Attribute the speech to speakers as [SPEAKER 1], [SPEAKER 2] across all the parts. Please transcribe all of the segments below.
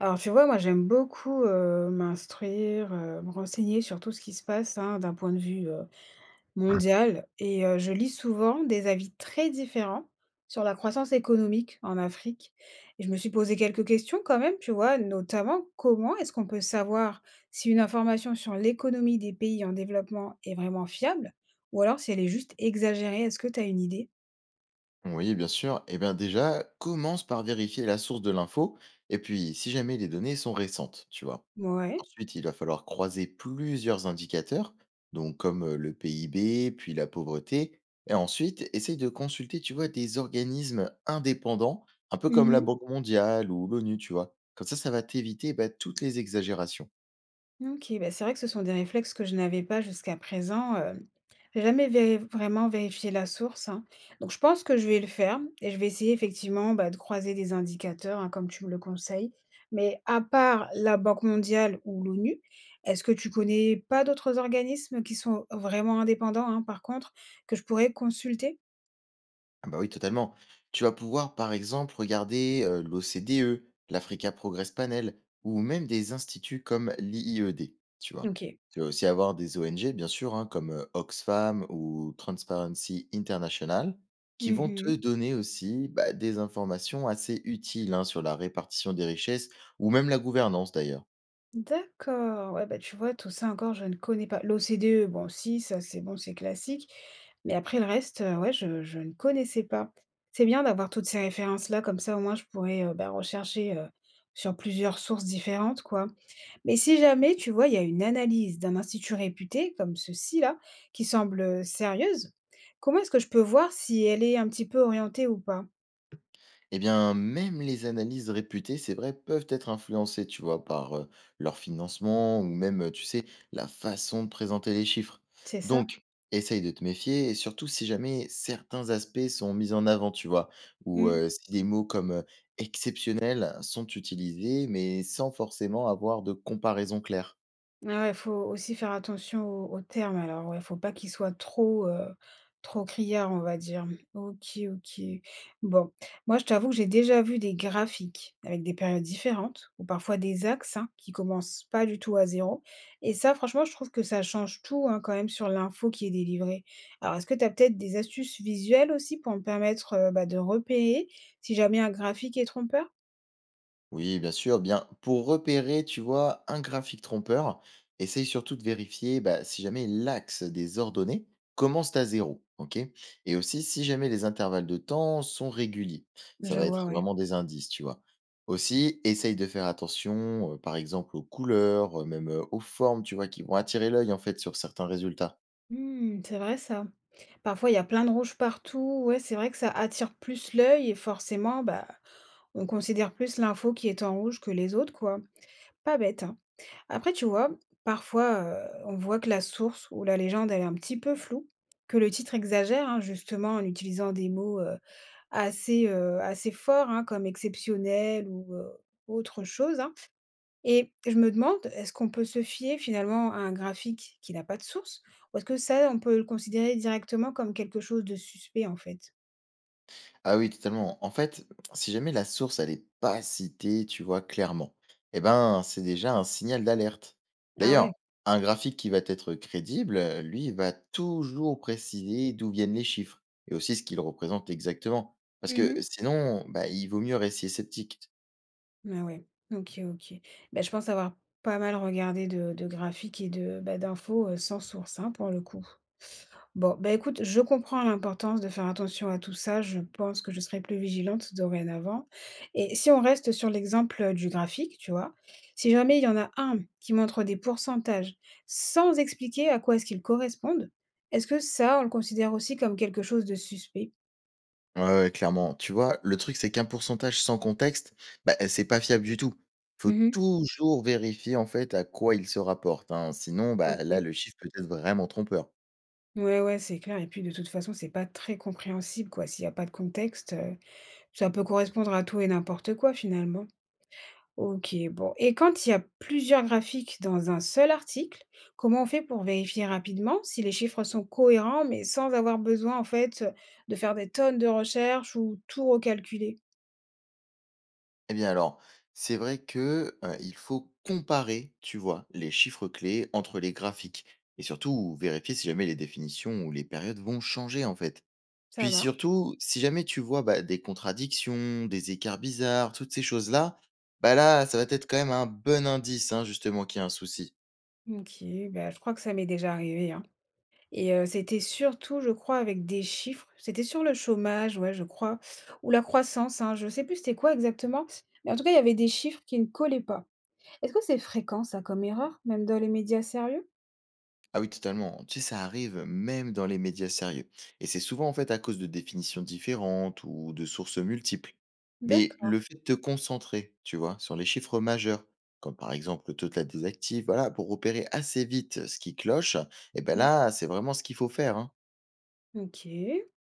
[SPEAKER 1] Alors tu vois, moi j'aime beaucoup, m'instruire, me renseigner sur tout ce qui se passe, hein, d'un point de vue, mondial. Et je lis souvent des avis très différents sur la croissance économique en Afrique, et je me suis posé quelques questions quand même, tu vois? Notamment, comment est-ce qu'on peut savoir si une information sur l'économie des pays en développement est vraiment fiable ou alors si elle est juste exagérée? Est-ce que tu as une idée?
[SPEAKER 2] Oui, bien sûr. Eh bien déjà, commence par vérifier la source de l'info, et puis si jamais les données sont récentes, tu vois.
[SPEAKER 1] Mouais.
[SPEAKER 2] Ensuite, il va falloir croiser plusieurs indicateurs, donc comme le PIB, puis la pauvreté, et ensuite, essaye de consulter, tu vois, des organismes indépendants, un peu comme la Banque mondiale ou l'ONU, tu vois. Comme ça va t'éviter bah, toutes les exagérations.
[SPEAKER 1] OK, bah, c'est vrai que ce sont des réflexes que je n'avais pas jusqu'à présent, j'ai jamais vé vraiment vérifié la source, hein, donc je pense que je vais le faire et je vais essayer effectivement, bah, de croiser des indicateurs, hein, comme tu me le conseilles. Mais à part la Banque mondiale ou l'ONU, est-ce que tu connais pas d'autres organismes qui sont vraiment indépendants, hein, par contre, que je pourrais consulter?
[SPEAKER 2] Ah bah oui, totalement. Tu vas pouvoir, par exemple, regarder l'OCDE, l'Africa Progress Panel, ou même des instituts comme l'IIED, tu vois.
[SPEAKER 1] OK.
[SPEAKER 2] Tu vas aussi avoir des ONG, bien sûr, hein, comme Oxfam ou Transparency International, qui vont te
[SPEAKER 1] Mmh.
[SPEAKER 2] donner aussi bah, des informations assez utiles hein, sur la répartition des richesses, ou même la gouvernance d'ailleurs.
[SPEAKER 1] D'accord, ouais, bah, tu vois, tout ça encore, je ne connais pas. L'OCDE, bon, si, ça c'est bon, c'est classique. Mais après le reste, ouais, je ne connaissais pas. C'est bien d'avoir toutes ces références-là, comme ça au moins je pourrais bah, rechercher sur plusieurs sources différentes, quoi. Mais si jamais, tu vois, il y a une analyse d'un institut réputé, comme ceci-là, qui semble sérieuse, comment est-ce que je peux voir si elle est un petit peu orientée ou pas?
[SPEAKER 2] Eh bien, même les analyses réputées, c'est vrai, peuvent être influencées, tu vois, par leur financement ou même, tu sais, la façon de présenter les chiffres.
[SPEAKER 1] C'est ça?
[SPEAKER 2] Donc, essaye de te méfier, et surtout si jamais certains aspects sont mis en avant, tu vois, ou si des mots comme exceptionnel sont utilisés, mais sans forcément avoir de comparaison claire.
[SPEAKER 1] Ah ouais, faut aussi faire attention aux termes alors, ouais, faut pas qu'ils soient trop, trop criards, on va dire. OK, OK. Bon, moi je t'avoue que j'ai déjà vu des graphiques avec des périodes différentes ou parfois des axes, hein, qui commencent pas du tout à zéro. Et ça franchement je trouve que ça change tout, hein, quand même sur l'info qui est délivrée. Alors est-ce que tu as peut-être des astuces visuelles aussi pour me permettre, bah, de repérer si jamais un graphique est trompeur?
[SPEAKER 2] Oui, bien sûr. Bien, pour repérer, tu vois, un graphique trompeur, essaye surtout de vérifier bah, si jamais l'axe des ordonnées commence à zéro, ok? Et aussi si jamais les intervalles de temps sont réguliers. Ça
[SPEAKER 1] Je
[SPEAKER 2] va
[SPEAKER 1] vois,
[SPEAKER 2] être
[SPEAKER 1] ouais.
[SPEAKER 2] vraiment des indices, tu vois. Aussi, essaye de faire attention, par exemple, aux couleurs, même aux formes, tu vois, qui vont attirer l'œil, en fait, sur certains résultats.
[SPEAKER 1] Mmh, c'est vrai ça. Parfois, il y a plein de rouge partout. Ouais, c'est vrai que ça attire plus l'œil et forcément, bah, on considère plus l'info qui est en rouge que les autres, quoi. Pas bête, hein. Après, tu vois, parfois, on voit que la source ou la légende, elle est un petit peu floue, que le titre exagère, hein, justement, en utilisant des mots assez, assez forts, hein, comme exceptionnel ou autre chose, hein. Et je me demande, est-ce qu'on peut se fier finalement à un graphique qui n'a pas de source? Ou est-ce que ça, on peut le considérer directement comme quelque chose de suspect en fait?
[SPEAKER 2] Ah oui, totalement. En fait, si jamais la source, elle est pas citée, tu vois, clairement, eh ben, c'est déjà un signal d'alerte.
[SPEAKER 1] Ah
[SPEAKER 2] D'ailleurs,
[SPEAKER 1] ouais?
[SPEAKER 2] un graphique qui va être crédible, lui, va toujours préciser d'où viennent les chiffres et aussi ce qu'ils représentent exactement. Parce que
[SPEAKER 1] Mmh.
[SPEAKER 2] sinon, bah, il vaut mieux rester sceptique.
[SPEAKER 1] Ah ouais, OK, OK. Bah, je pense avoir pas mal regardé de graphiques et de, bah, d'infos, sans source, hein, pour le coup. Bon, bah, écoute, je comprends l'importance de faire attention à tout ça. Je pense que je serai plus vigilante dorénavant. Et si on reste sur l'exemple, du graphique, tu vois? Si jamais il y en a un qui montre des pourcentages sans expliquer à quoi est-ce qu'ils correspondent, est-ce que ça, on le considère aussi comme quelque chose de suspect?
[SPEAKER 2] Ouais, ouais, clairement. Tu vois, le truc, c'est qu'un pourcentage sans contexte, bah, c'est pas fiable du tout. Faut
[SPEAKER 1] Mmh.
[SPEAKER 2] toujours vérifier, en fait, à quoi il se rapporte, hein. Sinon, bah, là,
[SPEAKER 1] OK.
[SPEAKER 2] le chiffre peut être vraiment trompeur.
[SPEAKER 1] Ouais, ouais, c'est clair et puis de toute façon, c'est pas très compréhensible, quoi. S'il y a pas de contexte, ça peut correspondre à tout et n'importe quoi, finalement. OK, bon. Et quand il y a plusieurs graphiques dans un seul article, comment on fait pour vérifier rapidement si les chiffres sont cohérents, mais sans avoir besoin, en fait, de faire des tonnes de recherches ou tout recalculer?
[SPEAKER 2] Eh bien alors, c'est vrai que, il faut comparer, tu vois, les chiffres clés entre les graphiques et surtout vérifier si jamais les définitions ou les périodes vont changer, en fait.
[SPEAKER 1] Ça
[SPEAKER 2] Puis
[SPEAKER 1] marche.
[SPEAKER 2] surtout, si jamais tu vois, bah, des contradictions, des écarts bizarres, toutes ces choses-là, bah, là, ça va être quand même un bon indice, hein, justement, qu'il y a un souci.
[SPEAKER 1] OK, bah, je crois que ça m'est déjà arrivé, hein. Et c'était surtout, je crois, avec des chiffres. C'était sur le chômage, ouais, je crois, ou la croissance, hein, je sais plus c'était quoi exactement. Mais en tout cas, il y avait des chiffres qui ne collaient pas. Est-ce que c'est fréquent, ça, comme erreur, même dans les médias sérieux?
[SPEAKER 2] Ah oui, totalement. Tu sais, ça arrive même dans les médias sérieux. Et c'est souvent en fait à cause de définitions différentes ou de sources multiples. Mais
[SPEAKER 1] D'accord.
[SPEAKER 2] le fait de te concentrer, tu vois, sur les chiffres majeurs, comme par exemple le total des actifs, voilà, pour repérer assez vite ce qui cloche, et ben là, c'est vraiment ce qu'il faut faire, hein.
[SPEAKER 1] OK,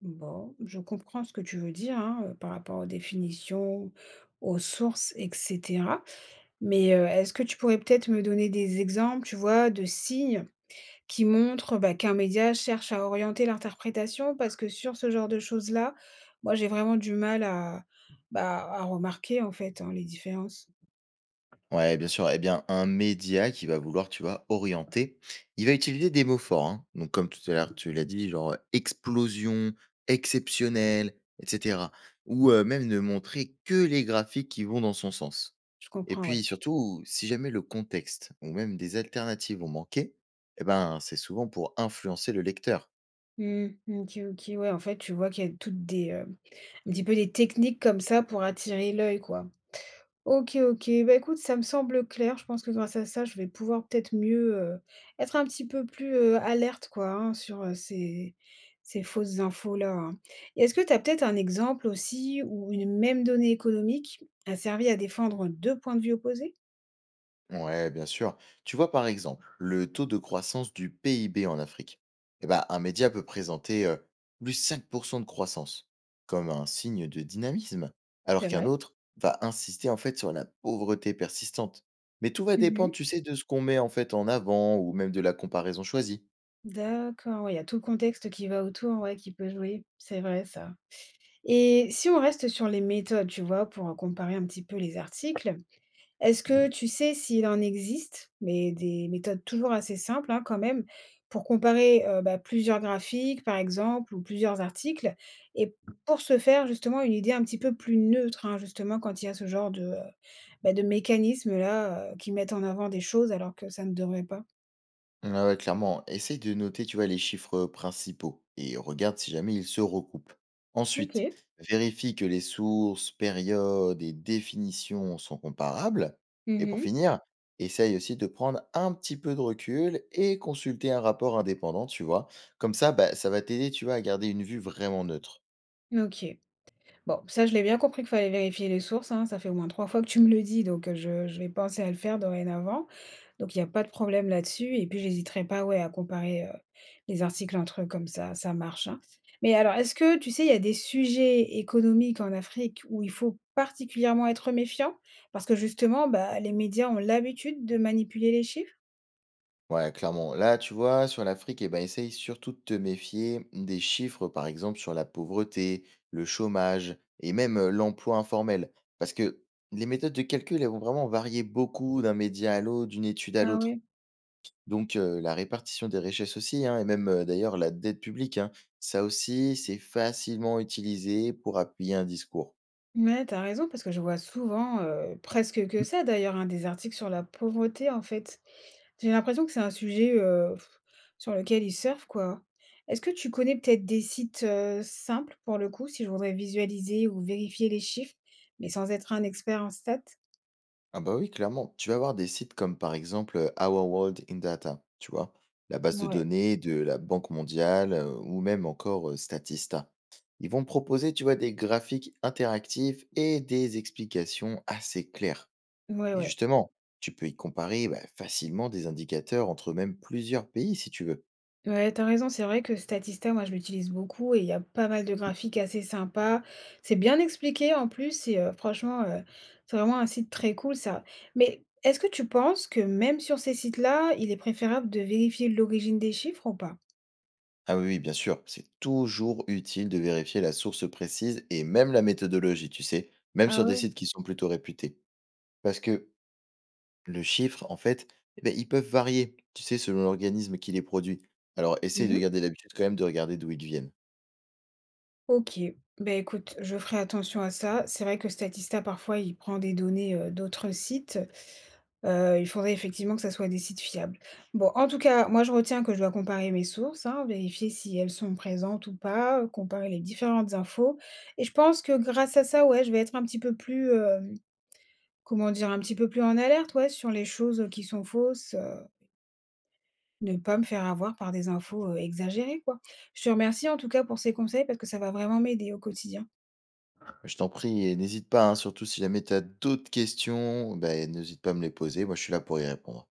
[SPEAKER 1] bon, je comprends ce que tu veux dire, hein, par rapport aux définitions, aux sources et cetera. Mais, est-ce que tu pourrais peut-être me donner des exemples, tu vois, de signes qui montrent, bah, qu'un média cherche à orienter l'interprétation? Parce que sur ce genre de choses-là, moi, j'ai vraiment du mal à, bah, à remarquer, en fait, hein, les différences.
[SPEAKER 2] Ouais, bien sûr. Eh bien, un média qui va vouloir, tu vois, orienter, il va utiliser des mots forts, hein. Donc, comme tout à l'heure, tu l'as dit, genre explosion, exceptionnel, etc. Ou même ne montrer que les graphiques qui vont dans son sens.
[SPEAKER 1] Je
[SPEAKER 2] Et
[SPEAKER 1] comprends, ouais.
[SPEAKER 2] puis, surtout, si jamais le contexte ou même des alternatives ont manqué, eh ben, c'est souvent pour influencer le lecteur.
[SPEAKER 1] Mmh, OK, OK, ouais, en fait, tu vois qu'il y a toutes des, un petit peu des techniques comme ça pour attirer l'œil, quoi. OK, OK. Bah, écoute, ça me semble clair. Je pense que grâce à ça, je vais pouvoir peut-être mieux, être un petit peu plus, alerte quoi, hein, sur, ces fausses infos-là, hein. Et est-ce que tu as peut-être un exemple aussi où une même donnée économique a servi à défendre 2 points de vue opposés?
[SPEAKER 2] Ouais, bien sûr. Tu vois, par exemple, le taux de croissance du PIB en Afrique. Eh ben, un média peut présenter +5% de croissance comme un signe de dynamisme, alors
[SPEAKER 1] C'est
[SPEAKER 2] qu'un
[SPEAKER 1] vrai?
[SPEAKER 2] autre va insister en fait sur la pauvreté persistante. Mais tout va dépendre,
[SPEAKER 1] Mmh.
[SPEAKER 2] tu sais, de ce qu'on met en fait en avant ou même de la comparaison choisie.
[SPEAKER 1] D'accord, ouais, il y a tout le contexte qui va autour, ouais, qui peut jouer. C'est vrai ça. Et si on reste sur les méthodes, tu vois, pour comparer un petit peu les articles. Est-ce que tu sais s'il en existe, mais des méthodes toujours assez simples, hein, quand même, pour comparer, bah, plusieurs graphiques, par exemple, ou plusieurs articles et pour se faire justement une idée un petit peu plus neutre, hein, justement quand il y a ce genre de, bah, de mécanismes-là, qui mettent en avant des choses alors que ça ne devrait pas?
[SPEAKER 2] Ah ouais, clairement, essaye de noter, tu vois, les chiffres principaux et regarde si jamais ils se recoupent. Ensuite,
[SPEAKER 1] OK.
[SPEAKER 2] vérifie que les sources, périodes et définitions sont comparables. Et pour
[SPEAKER 1] Mmh.
[SPEAKER 2] finir, essaye aussi de prendre un petit peu de recul et consulter un rapport indépendant, tu vois. Comme ça, bah, ça va t'aider, tu vois, à garder une vue vraiment neutre.
[SPEAKER 1] OK. Bon, ça je l'ai bien compris qu'il fallait vérifier les sources, hein, ça fait au moins 3 fois que tu me le dis donc, je vais penser à le faire dorénavant. Donc il y a pas de problème là-dessus et puis j'hésiterai pas, ouais, à comparer, les articles entre eux comme ça marche, hein. Mais alors est-ce que tu sais, il y a des sujets économiques en Afrique où il faut particulièrement être méfiant? Parce que justement, bah, les médias ont l'habitude de manipuler les chiffres?
[SPEAKER 2] Ouais, clairement. Là, tu vois, sur l'Afrique, eh ben, essaye surtout de te méfier des chiffres, par exemple, sur la pauvreté, le chômage et même l'emploi informel. Parce que les méthodes de calcul, elles vont vraiment varier beaucoup d'un média à l'autre, d'une étude à
[SPEAKER 1] Ah
[SPEAKER 2] l'autre.
[SPEAKER 1] oui,
[SPEAKER 2] Donc, la répartition des richesses aussi, hein, et même d'ailleurs la dette publique, hein, ça aussi, c'est facilement utilisé pour appuyer un discours.
[SPEAKER 1] mais t'as raison parce que je vois souvent, presque que ça d'ailleurs, hein, des articles sur la pauvreté, en fait. J'ai l'impression que c'est un sujet, sur lequel ils surfent, quoi. Est-ce que tu connais peut-être des sites, simples pour le coup, si je voudrais visualiser ou vérifier les chiffres, mais sans être un expert en stats?
[SPEAKER 2] Ah bah oui, clairement. Tu vas avoir des sites comme par exemple Our World in Data, tu vois, la base de
[SPEAKER 1] Mouais,
[SPEAKER 2] données de la Banque mondiale ou même encore Statista. Ils vont proposer, tu vois, des graphiques interactifs et des explications assez claires.
[SPEAKER 1] ouais,
[SPEAKER 2] Et
[SPEAKER 1] ouais.
[SPEAKER 2] justement, tu peux y comparer bah, facilement des indicateurs entre même plusieurs pays si tu veux.
[SPEAKER 1] Ouais, t'as raison, c'est vrai que Statista, moi, je l'utilise beaucoup et il y a pas mal de graphiques assez sympas. C'est bien expliqué en plus et franchement, c'est vraiment un site très cool ça. Mais est-ce que tu penses que même sur ces sites-là, il est préférable de vérifier l'origine des chiffres ou pas?
[SPEAKER 2] Ah oui, oui, bien sûr, c'est toujours utile de vérifier la source précise et même la méthodologie, tu sais, même
[SPEAKER 1] Ah
[SPEAKER 2] sur des
[SPEAKER 1] ouais?
[SPEAKER 2] sites qui sont plutôt réputés. Parce que le chiffre, en fait, eh ben ils peuvent varier, tu sais, selon l'organisme qui les produit. Alors, essaye de
[SPEAKER 1] Mmh.
[SPEAKER 2] garder l'habitude quand même de regarder d'où ils viennent.
[SPEAKER 1] OK. Ben écoute, je ferai attention à ça. C'est vrai que Statista, parfois, il prend des données, d'autres sites. Il faudrait effectivement que ça soit des sites fiables. Bon, en tout cas, moi, je retiens que je dois comparer mes sources, hein, vérifier si elles sont présentes ou pas, comparer les différentes infos et je pense que grâce à ça, ouais, je vais être un petit peu plus, comment dire? Un petit peu plus en alerte, ouais, sur les choses qui sont fausses, ne pas me faire avoir par des infos, exagérées, quoi. Je te remercie en tout cas pour ces conseils parce que ça va vraiment m'aider au quotidien.
[SPEAKER 2] Je t'en prie et n'hésite pas, hein, surtout si jamais tu as d'autres questions, ben, n'hésite pas à me les poser. Moi, je suis là pour y répondre.